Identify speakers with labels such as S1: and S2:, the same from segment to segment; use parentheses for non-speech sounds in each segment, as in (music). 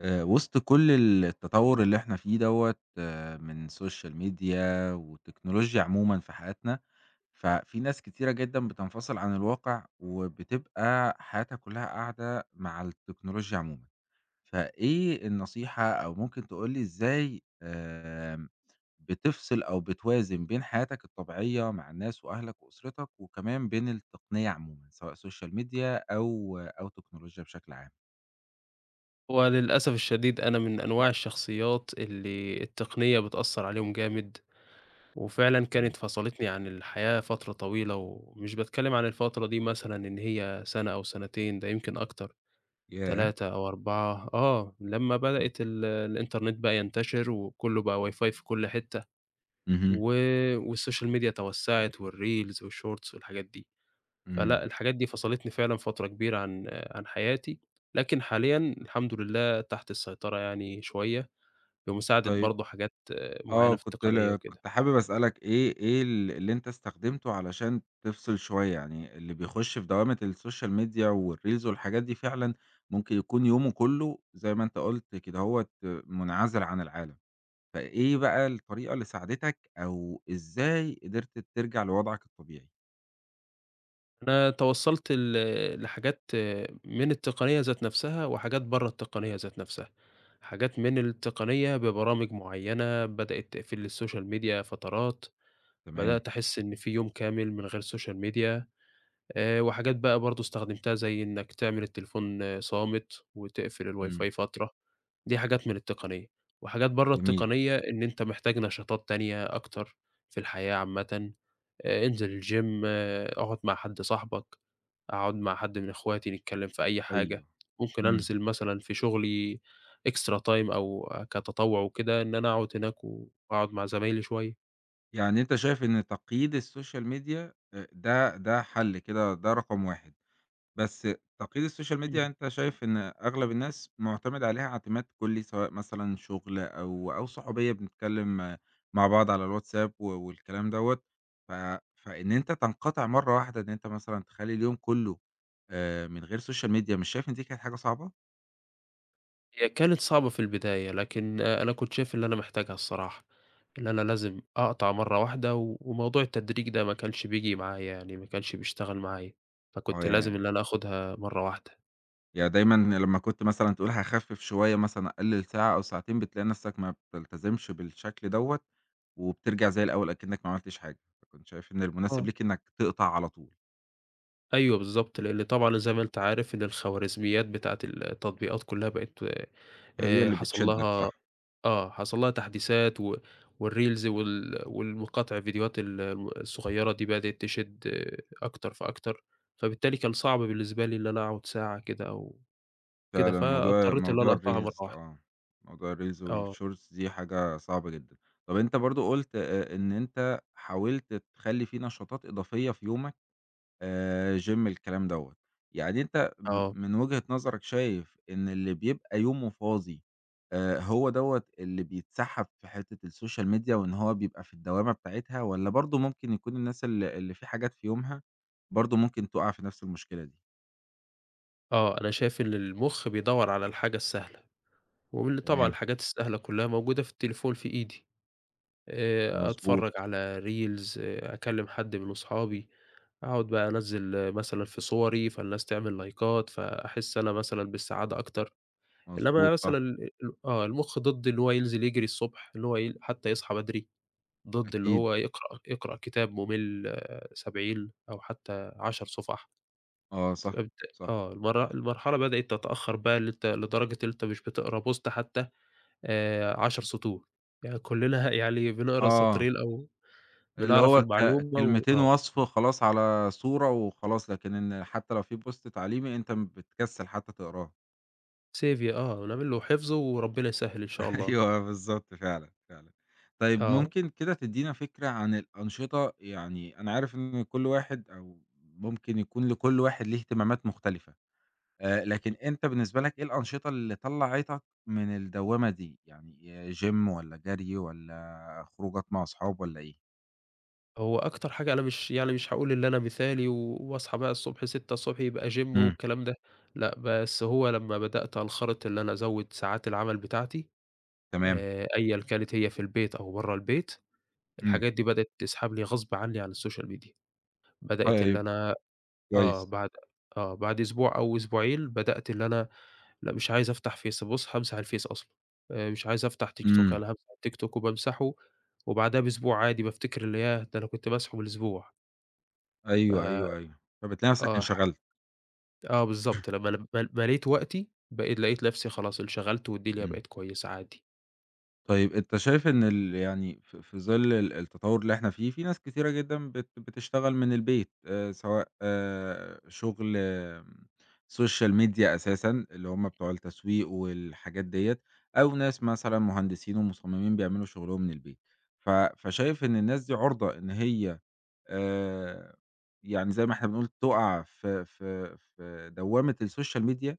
S1: وسط كل التطور اللي إحنا فيه دوّة من social media والتكنولوجيا عمومًا في حياتنا، ففي ناس كتيرة جدًا بتنفصل عن الواقع، وبتبقى حياتها كلها قاعدة مع التكنولوجيا عمومًا، فإيه النصيحة أو ممكن تقول لي إزاي بتفصل أو بتوازن بين حياتك الطبيعية مع الناس وأهلك وأسرتك، وكمان بين التقنية عمومًا، سواء social media أو تكنولوجيا بشكل عام؟
S2: هو للأسف الشديد أنا من أنواع الشخصيات اللي التقنية بتأثّر عليهم جامد، وفعلًا
S1: إمم،
S2: كانت فصلتني عن الحياة فترة طويلة، ومش باتكلّم عن الفترة دي مثلًا إن هي سَنة أو سَنتين، ده يمكن أكتر،
S1: ياه!
S2: 3 أو 4 لمّا
S1: إمم،
S2: بدأت الإنترنت بقى ينتشر وكُلّه بقى WiFi في كل حتّة،
S1: اهم.
S2: و والسوشيال ميديا توسّعت والreels والshorts والحاجات دي.
S1: إمم.
S2: فلأ، الحاجات دي فصلتني فعلًا فترة كبيرة عن حياتي، لكن حاليًا الحمد لله تحت السيطرة يعني شوية، بمساعدة
S1: طيب
S2: برضه حاجات معيّنة في
S1: كنت
S2: التقنية
S1: ل
S2: وكده.
S1: كنت حابب أسألك إيه اللي أنت استخدمته علشان تفصل شوية؟ يعني اللي بيخش في دوامة السوشيال ميديا والreels والحاجات دي فعلًا ممكن يكون يومه كله زي ما أنت قُلت كدهوّة منعزل عن العالم، فإيه بقى الطريقة اللي ساعدتك أو إزاي قدرت ترجع لوضعك الطبيعي؟
S2: أنا توصّلت لحاجات من التقنية ذات نفسها، وحاجات برّه التقنية ذات نفسها. حاجات من التقنية ببرامج معيّنة بدأت تقفل لي السوشيال ميديا فترات،
S1: تمام،
S2: بدأت أحس إن في يوم كامل من غير سوشيال ميديا، وحاجات بقى برضه استخدمتها زي إنك تعمل التليفون صامت، وتقفل
S1: إمم،
S2: الWiFi فترة. دي حاجات من التقنية، وحاجات برّه
S1: جميل،
S2: التقنية إن أنت محتاج نشاطات تانية أكتر في الحياة عامةً. انزل الgym، اقعد مع حد صاحبك، اقعد مع حد من اخواتي نتكلّم في أي حاجة،
S1: أيوه،
S2: ممكن
S1: إمم.
S2: أنزل مثلًا في شغلي extra time أو كتطوع وكده إن أنا أقعد هناك واقعد مع زمايلي شوية.
S1: يعني أنت شايف إن تقييد السوشيال ميديا ده حل كده، ده رقم 1. بس تقييد السوشيال ميديا
S2: إمم.
S1: أنت شايف إن أغلب الناس مُعتمِد عليها اعتماد كلّي، سواء مثلًا شُغل أو صحوبية بنتكلّم مع بعض على الواتساب والكلام دوّة، ف فإن أنت تنقطع مرّة واحدة إن أنت مثلًا تخلّي اليوم كلّه من غير سوشيال ميديا، مش شايف إن دي كانت حاجة صعبة؟
S2: هي كانت صعبة في البداية، لكن أنا كنت شايف اللي أنا محتاجها الصراحة، اللي أنا لازم أقطع مرّة واحدة، وموضوع التدريج ده ما كانش بييجي معايا يعني، ما كانش بيشتغل معايا،
S1: ما هو
S2: فكنت لازم
S1: يعني
S2: اللي أنا آخُدها مرّة واحدة.
S1: يعني دايمًا لمّا كنت مثلًا تقول هاخفِّف شوية مثلًا أقلِّل ساعة أو ساعتين، بتلاقي نَفْسك ما بتلتزمش بالشكل دوّة وبترجع زي الأول أكنّك ما عملتش حاجة، فكنت شايف إن المناسب
S2: آه.
S1: ليك إنّك تقطع على طول.
S2: أيوه بالضبط، لإن طبعًا زي ما أنت عارف إن الخوارزميات بتاعة التطبيقات كلّها بقت
S1: هي
S2: آآ
S1: اللي
S2: حصل
S1: بتشدّك
S2: لها
S1: صح،
S2: حصل لها تحديثات والreels والمقاطع الفيديوهات الصغيّرة دي بدأت تشد أكتر فأكتر، فبالتالي كان صعب بالنسبة لي إن أنا أقعد ساعة كده أو كده،
S1: فعلًا موضوع
S2: فاضطريت إن أنا
S1: موضوع
S2: أقطعها مرّة
S1: الreels
S2: واحدة.
S1: موضوع الreels
S2: آه،
S1: والshorts دي حاجة صعبة جدًا. طَب أنت برضه قُلت إن أنت حاولت تخلّي في نشاطات إضافية في يومك gym الكلام دوّة، يعني أنت م
S2: آه،
S1: من وجهة نظرك شايف إن اللي بيبقى يومه فاضي هو دوّة اللي بيتسحّب في حتّة السوشيال ميديا وإن هو بيبقى في الدوامة بتاعتها والّا برضه ممكن يكون الناس اللي في حاجات في يومها برضه ممكن تُقع في نفس المشكلة دي؟
S2: آه، أنا شايف إن المُخ بيدوّر على الحاجة السهلة، طبعًا
S1: تمام،
S2: الحاجات السهلة كلّها موجودة في التليفون في إيدي.
S1: مضبوط.
S2: أتفرّج على reels، أكلّم حد من أصحابي، أقعد بقى أنزّل مثلًا في صوري، فالناس تعمل لايكات، فأحس أنا مثلًا بالسعادة أكتر. إنّما
S1: مضبوط صح،
S2: مثلًا المُخ ضد إن هو ينزل يجري الصبح، إن هو ي حتّى يصحى بدري، ضد اللي
S1: أكيد،
S2: هو يقرأ كتاب مُمِل 70 أو حتّى 10 صُفح.
S1: آه صح،
S2: فبت
S1: صح،
S2: آه، المرحلة بدأت تتأخّر بقى اللي أنت لدرجة اللي أنت مش بتقرا بوست حتّى 10 سطور. يعني كُلّنا (laughs) يعني بنقرا
S1: آه،
S2: سطرين أو
S1: اللي
S2: بنعرف
S1: هو ك
S2: المعلومة و
S1: كلمتين
S2: آه،
S1: وصف خلاص على صورة وخلاص، لكن إن حتى لو في بوست تعليمي أنت بتكسل حتى تقراه.
S2: سيفيا، نعمل له حفظ وربنا يسهّل إن شاء
S1: (laughs)
S2: الله.
S1: أيوه بالضبط فعلًا، فعلًا. طيب
S2: آه.
S1: ممكن كده تدّينا فكرة عن الأنشطة، يعني أنا عارف إن كل واحد أو ممكن يكون لكل واحد ليه اهتمامات مختلفة، لكن
S2: إمم.
S1: أنت بالنسبة لك إيه الأنشطة اللي طلّعتك من الدوّامة دي، يعني جيم والّا جري والّا خروجات مع أصحاب والّا إيه؟
S2: هو أكتر حاجة أنا مش يعني مش هاقول اللي أنا مثالي واصحى بقى الصبح 6:00 يبقى gym
S1: إمم،
S2: والكلام ده، لأ، بس هو لمّا بدأت أنخرط اللي أنا أزوّد ساعات العمل بتاعتي،
S1: تمام،
S2: أيًا كانت هي في البيت أو برّه البيت،
S1: إمم،
S2: الحاجات دي بدأت تسحب لي غصب عني على السوشيال ميديا. بدأت اللي
S1: طيب
S2: أنا آه،
S1: كويس،
S2: بعد بعد أسبوع أو أسبوعين بدأت اللي أنا: لأ، مش عايز أفتح فيس، بُص هامسح الفيس أصلًا، مش عايز أفتح تيك توك،
S1: إمم،
S2: أنا هامسح التيك توك وبامسحه، وبعدها بأسبوع عادي بافتكر اللي ياه! ده أنا كنت ماسحه من أسبوع. ف
S1: أيوه، أيوه، أيوه، فبتلاقي نفسك
S2: آه، ح
S1: انشغلت،
S2: آه بالضبط، لمّا ل م مليت وقتي بقيت لقيت نفسي خلاص انشغلت والدنيا
S1: إمم.
S2: بقت كويسة عادي.
S1: طيب أنت شايف إن ال يعني في ظِل التطوّر اللي إحنا فيه، في ناس كتيرة جدًا بتشتغل من البيت سواء شُغل social media أساسًا اللي هم بتوع التسويق والحاجات ديّة، أو ناس مثلًا مهندسين ومصممين بيعملوا شُغلهم من البيت. ف فشايف إن الناس دي عُرضة إن هي آآ، يعني زي ما إحنا بنقول تُقع في دوّامة الsocial media؟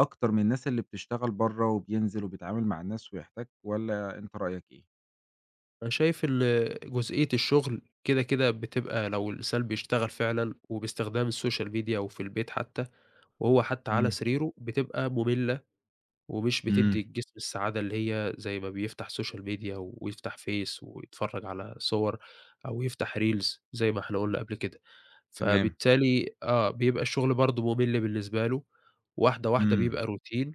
S1: أكتر من الناس اللي بتشتغل برّه وبينزل وبيتعامل مع الناس ويحتك والّا أنت رأيك إيه؟
S2: أنا شايف جزئية الشغل كده، كده بتبقى لو الإنسان بيشتغل فعلًا وباستخدام السوشيال ميديا وفي البيت حتى، وهو حتى على
S1: إمم،
S2: سريره بتبقى مملة، ومش بتدّي
S1: إمم،
S2: الجسم السعادة اللي هي زي ما بيفتح Social Media ويفتح فيس ويتفرّج على صور أو يفتح Reels زي ما إحنا قُلنا قبل كده،
S1: تمام،
S2: فبالتالي بيبقى الشغل برضه مُمِل بالنسبة له، واحدة، واحدة
S1: إمم،
S2: بيبقى روتين،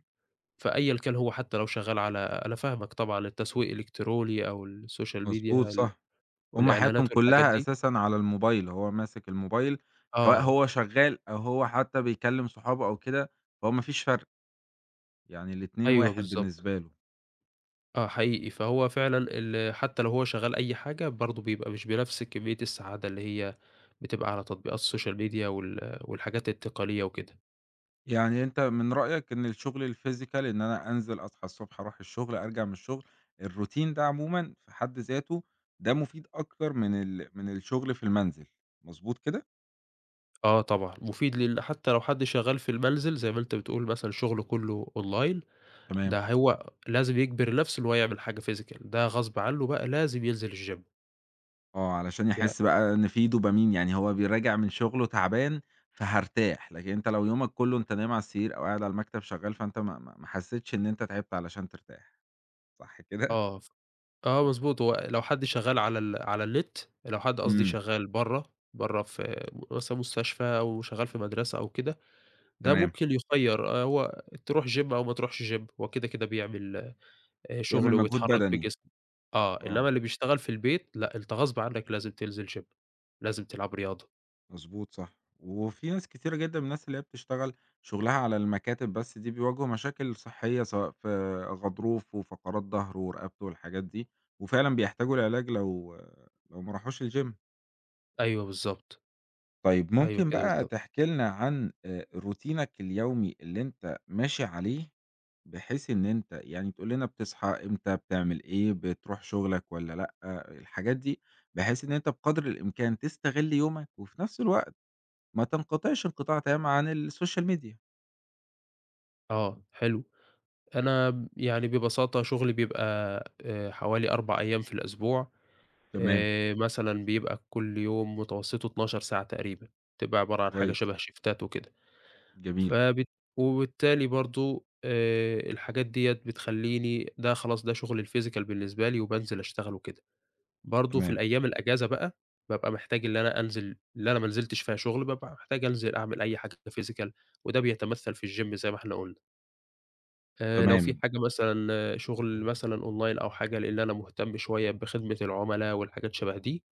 S2: فأيًا كان هو حتى لو شغّال على، أنا فاهمك طبعًا، التسويق الإلكتروني أو الSocial Media
S1: مضبوط صح. هم حياتهم
S2: والإعلانات والحاجات
S1: كلّها
S2: دي.
S1: أساسًا على الموبايل، هو ماسك الموبايل سواء
S2: آه،
S1: هو شغال أو هو حتى بيكلّم صحابه أو كده، فهو ما فيش فرق، يعني الاتنين
S2: أيوه
S1: واحد
S2: بالضبط.
S1: بالنسبة له.
S2: آه حقيقي، فهو فعلًا حتى لو هو شغّال أي حاجة برضه بيبقى مش بنفس كمية السعادة اللي هي بتبقى على تطبيقات السوشيال ميديا والحاجات التقنية وكده.
S1: يعني أنت من رأيك إن الشغل الphysical إن أنا أنزل أصحى الصبح أروح الشغل، أرجع من الشغل، الروتين ده عمومًا في حد ذاته ده مفيد أكتر من ال من الشغل في المنزل، مضبوط كده؟
S2: آه طبعًا، مفيد لل، حتى لو حد شغّال في المنزل زي ما أنت بتقول مثلًا شغله كُلّه أونلاين،
S1: تمام.
S2: ده هو لازم يجبر نفسه إن هو يعمل حاجة physical، ده غصب عنّه بقى لازم ينزل الgym.
S1: آه، علشان
S2: يع
S1: يحس بقى إن في دوبامين، يعني هو راجع من شغله تعبان فهارتاح، لكن أنت لو يومك كله أنت نايم على السرير أو قاعد على المكتب شغال، فأنت ما حسيتش إن أنت تعبت علشان ترتاح، صح كده؟
S2: آه، ف آه مضبوط، هو لو حد شغّال على النت، لو حد قصدي
S1: إمم،
S2: شغّال برّه، برّه في مثلًا مستشفى أو شغّال في مدرسة أو كده، ده
S1: تمام،
S2: ممكن يُخيّر هو تروح gym أو ما تروحش gym، هو كده، كده بيعمل
S1: بيعمل
S2: شغل
S1: مجهود
S2: ويتحرّك
S1: بدني،
S2: بجسمه، آه،
S1: آه.
S2: إنّما اللي بيشتغل في البيت لأ، أنت غصب عنّك لازم تنزل gym، لازم تلعب رياضة.
S1: مضبوط صح، وفي ناس كتيرة جدًا من الناس اللي هي بتشتغل شغلها على المكاتب بس دي بيواجهوا مشاكل صحية سواء في غضروف وفقرات ضهر ورقبته والحاجات دي، وفعلًا بيحتاجوا العلاج لو ما راحوش الgym.
S2: أيوه بالضبط.
S1: طيب
S2: أيوه
S1: ممكن
S2: كده
S1: بقى
S2: بالضبط،
S1: تحكي لنا عن روتينك اليومي اللي أنت ماشي عليه، بحيث إن أنت يعني تقول لنا بتصحى إمتى، بتعمل إيه، بتروح شغلك والّا لأ، الحاجات دي، بحيث إن أنت بقدر الإمكان تستغل يومك وفي نفس الوقت ما تنقطعش انقطاع تام عن السوشيال ميديا.
S2: حلو. أنا يعني ببساطة شغلي بيبقى حوالي 4 أيام في الأسبوع،
S1: تمام،
S2: مثلًا بيبقى كل يوم متوسّطه 12 ساعة تقريبًا، بتبقى عبارة عن حاجة
S1: كويس،
S2: شبه شيفتات وكده.
S1: جميل،
S2: فبت وبالتالي برضه الحاجات ديّة بتخلّيني ده خلاص ده شغل الphysical بالنسبة لي وبانزل أشتغله كده. برضه في
S1: تمام،
S2: الأيام الأجازة بقى، بابقى محتاج اللي أنا أنزل اللي أنا ما نزلتش فيها شغل، بابقى محتاج أنزل أعمل أي حاجة physical، وده بيتمثّل في الgym زي ما إحنا قُلنا. لو في
S1: تمام،
S2: حاجة مثلًا شغل مثلًا online أو حاجة لإن أنا مهتم شوية بخدمة العملا والحاجات شَبه دي،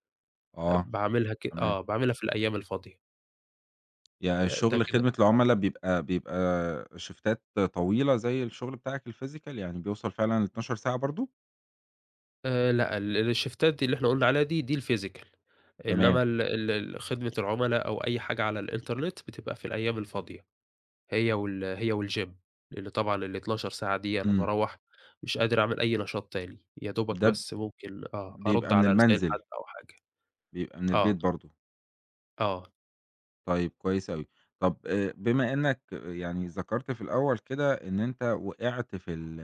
S1: آه، تمام.
S2: باعملها في الأيام الفاضية.
S1: يعني
S2: آه، ده
S1: الشغل
S2: كده
S1: خدمة
S2: آه.
S1: العملا بيبقى شيفتات طويلة زي الشغل بتاعك الphysical يعني بيوصل فعلًا ل12 ساعة برضه؟
S2: لأ، الشيفتات دي اللي إحنا قُلنا عليها دي، دي الphysical،
S1: تمام،
S2: إنّما ال ال ال خدمة العملا أو أي حاجة على الإنترنت بتبقى في الأيام الفاضية، هي والgym، لإن طبعًا ال12 ساعة دي أنا
S1: إمم،
S2: باروّح مش قادر أعمل أي نشاط تاني، يا دوبك
S1: ده
S2: بس ممكن أرُد
S1: بيبقى من
S2: على رسايل حد
S1: المنزل،
S2: أو حاجة.
S1: بيبقى من
S2: آه،
S1: البيت برضه.
S2: آه،
S1: طيب كويس أوي. طب بما إنّك يعني ذكرت في الأول كده إن أنت وقعت في ال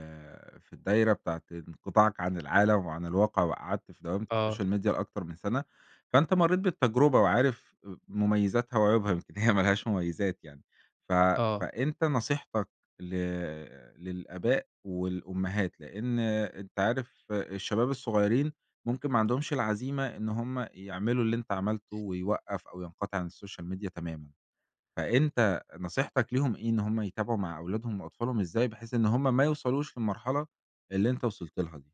S1: في الدايرة بتاعة انقطاعك عن العالم وعن الواقع وقعدت في دوامة
S2: آه،
S1: السوشيال ميديا لأكتر من سَنة، فأنت مرّيت بالتجربة وعارف مميزاتها وعيوبها، يمكن هي (laughs) ما لهاش مميزات يعني. ف
S2: آه.
S1: فأنت نصيحتك ل للآباء والأمهات، لإن أنت عارف الشباب الصغيّرين ممكن ما عندهمش العزيمة إن هم يعملوا اللي أنت عملته ويوقّف أو ينقطع عن السوشيال ميديا تمامًا، فأنت نصيحتك ليهم إيه، إن هم يتابعوا مع أولادهم وأطفالهم إزاي بحيث إن هم ما يوصلوش للمرحلة اللي أنت وصلت لها دي؟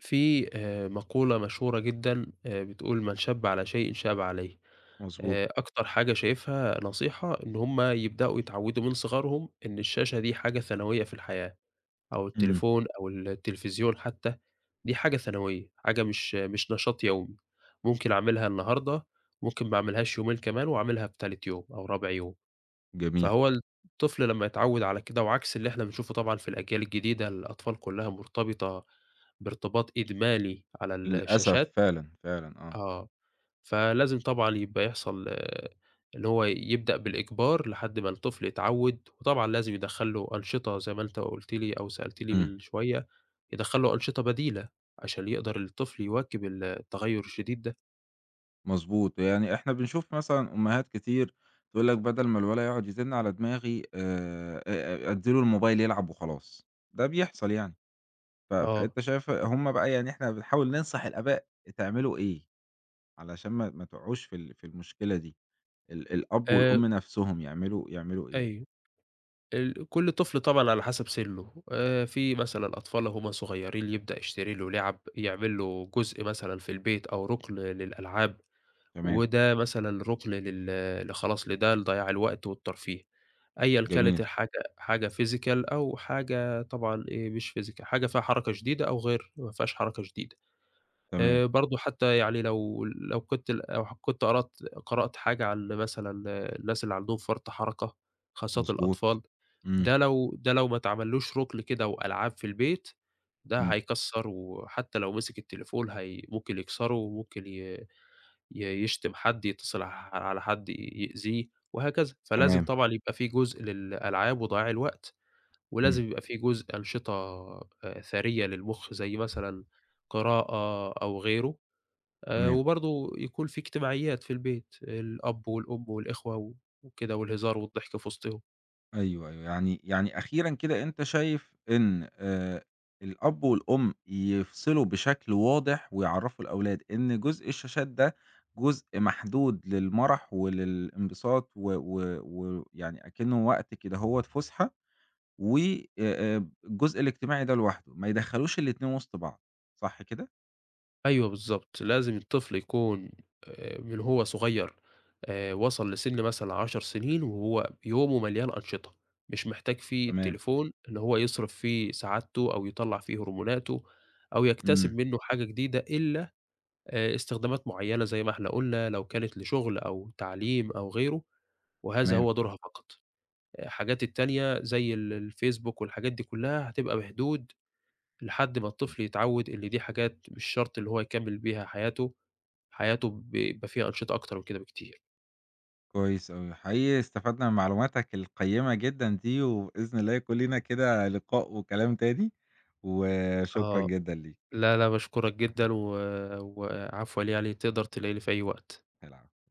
S2: في مقولة مشهورة جدًا بتقول: "من شَبّ على شيء شاب عليه."
S1: مضبوط.
S2: أكتر حاجة شايفها نصيحة، إن هُم يبدأوا يتعودوا من صغرهم إن الشاشة دي حاجة ثانوية في الحياة، أو
S1: إمم،
S2: التليفون أو التلفزيون حتى، دي حاجة ثانوية، حاجة مش نشاط يومي، ممكن أعملها النهارده، ممكن ما أعملهاش يومين كمان وأعملها في تالت يوم أو رابع يوم،
S1: جميل،
S2: فهو الطفل لمّا يتعود على كده وعكس اللي إحنا بنشوفه طبعًا في الأجيال الجديدة، الأطفال كلها مرتبطة بارتباط إدماني على
S1: للأسف
S2: الشاشات.
S1: فعلًا، فعلًا آه،
S2: آه. فلازم طبعًا يبقى يحصل اللي هو يبدأ بالإجبار لحد ما الطفل يتعوِّد، وطبعًا لازم يدخّل له أنشطة زي ما أنت قُلت لي أو سألت لي
S1: إمم،
S2: من شوية، يدخّل له أنشطة بديلة عشان يقدر الطفل يواكب التغيُّر الشديد ده.
S1: مضبوط، يعني إحنا بنشوف مثلًا أمهات كتير تقول لك بدل ما الولد يقعد يزن على دماغي أ أ أدّي له الموبايل يلعب وخلاص، ده بيحصل يعني. ف
S2: آه.
S1: فأنت شايف هم بقى يعني إحنا بنحاول ننصح الآباء تعملوا إيه، علشان ما تقعوش في ال في المشكلة دي، الأب
S2: آآ
S1: والأم نفسهم يعملوا إيه؟
S2: أيوه. كل طفل طبعًا على حسب سِنّه. في مثلًا أطفال وهُم صغيرين يبدأ يشتري له لِعَب، يعمل له جزء مثلًا في البيت أو رُكن للألعاب.
S1: تمام،
S2: وده مثلًا رُكن لل ل خلاص لده لضياع الوقت والترفيه، أيًا كانت
S1: جميل،
S2: الحاجة: حاجة physical أو حاجة طبعًا، إيه، مش physical، حاجة فيها حركة شديدة أو غير ما فيهاش حركة شديدة.
S1: تمام،
S2: برضه حتى يعني لو كنت قرأت حاجة عن مثلًا الناس اللي عندهم فرط حركة، خاصة
S1: مضبوط،
S2: الأطفال،
S1: إمم،
S2: ده لو ما اتعملوش رُكن كده وألعاب في البيت، ده
S1: إمم،
S2: هيكسّر، وحتى لو مسك التليفون هي ممكن يكسره وممكن ي ي يشتم حد، يتصل ع على حد يأذيه وهكذا، فلازم
S1: تمام،
S2: طبعًا يبقى في جزء للألعاب وضياع الوقت،
S1: إمم،
S2: ولازم يبقى في جزء أنشطة ثرية للمُخ زي مثلًا قراءة أو غيره.
S1: تمام.
S2: وبرضه يكون في اجتماعيات في البيت، الأب والأم والإخوة وكده، والهزار والضحك في وسطهم.
S1: أيوه، أيوه. يعني أخيرًا كده أنت شايف إن الأب والأم يفصلوا بشكل واضح ويعرّفوا الأولاد إن جزء الشاشات ده جزء محدود للمَرَح وللانبساط و و ويعني أكنّه وقت كدهوّة فُسحة و الجزء الاجتماعي ده لوحده، ما يدخّلوش الاتنين وسط بعض، صح كده؟
S2: أيوه بالضبط، لازم الطفل يكون من هو صغير وصل لسِن مثلًا 10 سنين وهو يومه مليان أنشطة، مش محتاج فيه
S1: تمام.
S2: التليفون إن هو يصرف فيه سعادته أو يطلّع فيه هرموناته أو
S1: إمم،
S2: يكتسب منّه حاجة جديدة إلا استخدامات معيّنة زي ما إحنا قُلنا لو كانت لشغل أو تعليم أو غيره، وهذا
S1: تمام.
S2: هو دورها فقط. الحاجات التانية زي الفيسبوك والحاجات دي كُلّها هتبقى بحدود لحد ما الطفل يتعوّد اللي دي حاجات مش شرط اللي هو يكمّل بيها حياته، حياته بيبقى فيها أنشطة أكتر من كده بكتير.
S1: كويس أوي، حقيقي استفدنا من معلوماتك القيّمة جدًا دي، وبإذن الله يكون لينا كده لقاء وكلام تاني، وشكرًا
S2: آه،
S1: جدًا ليك،
S2: لا، لا باشكرك جدًا وعفوًا لي يعني، تقدر تلاقيني في أي وقت.
S1: العفو.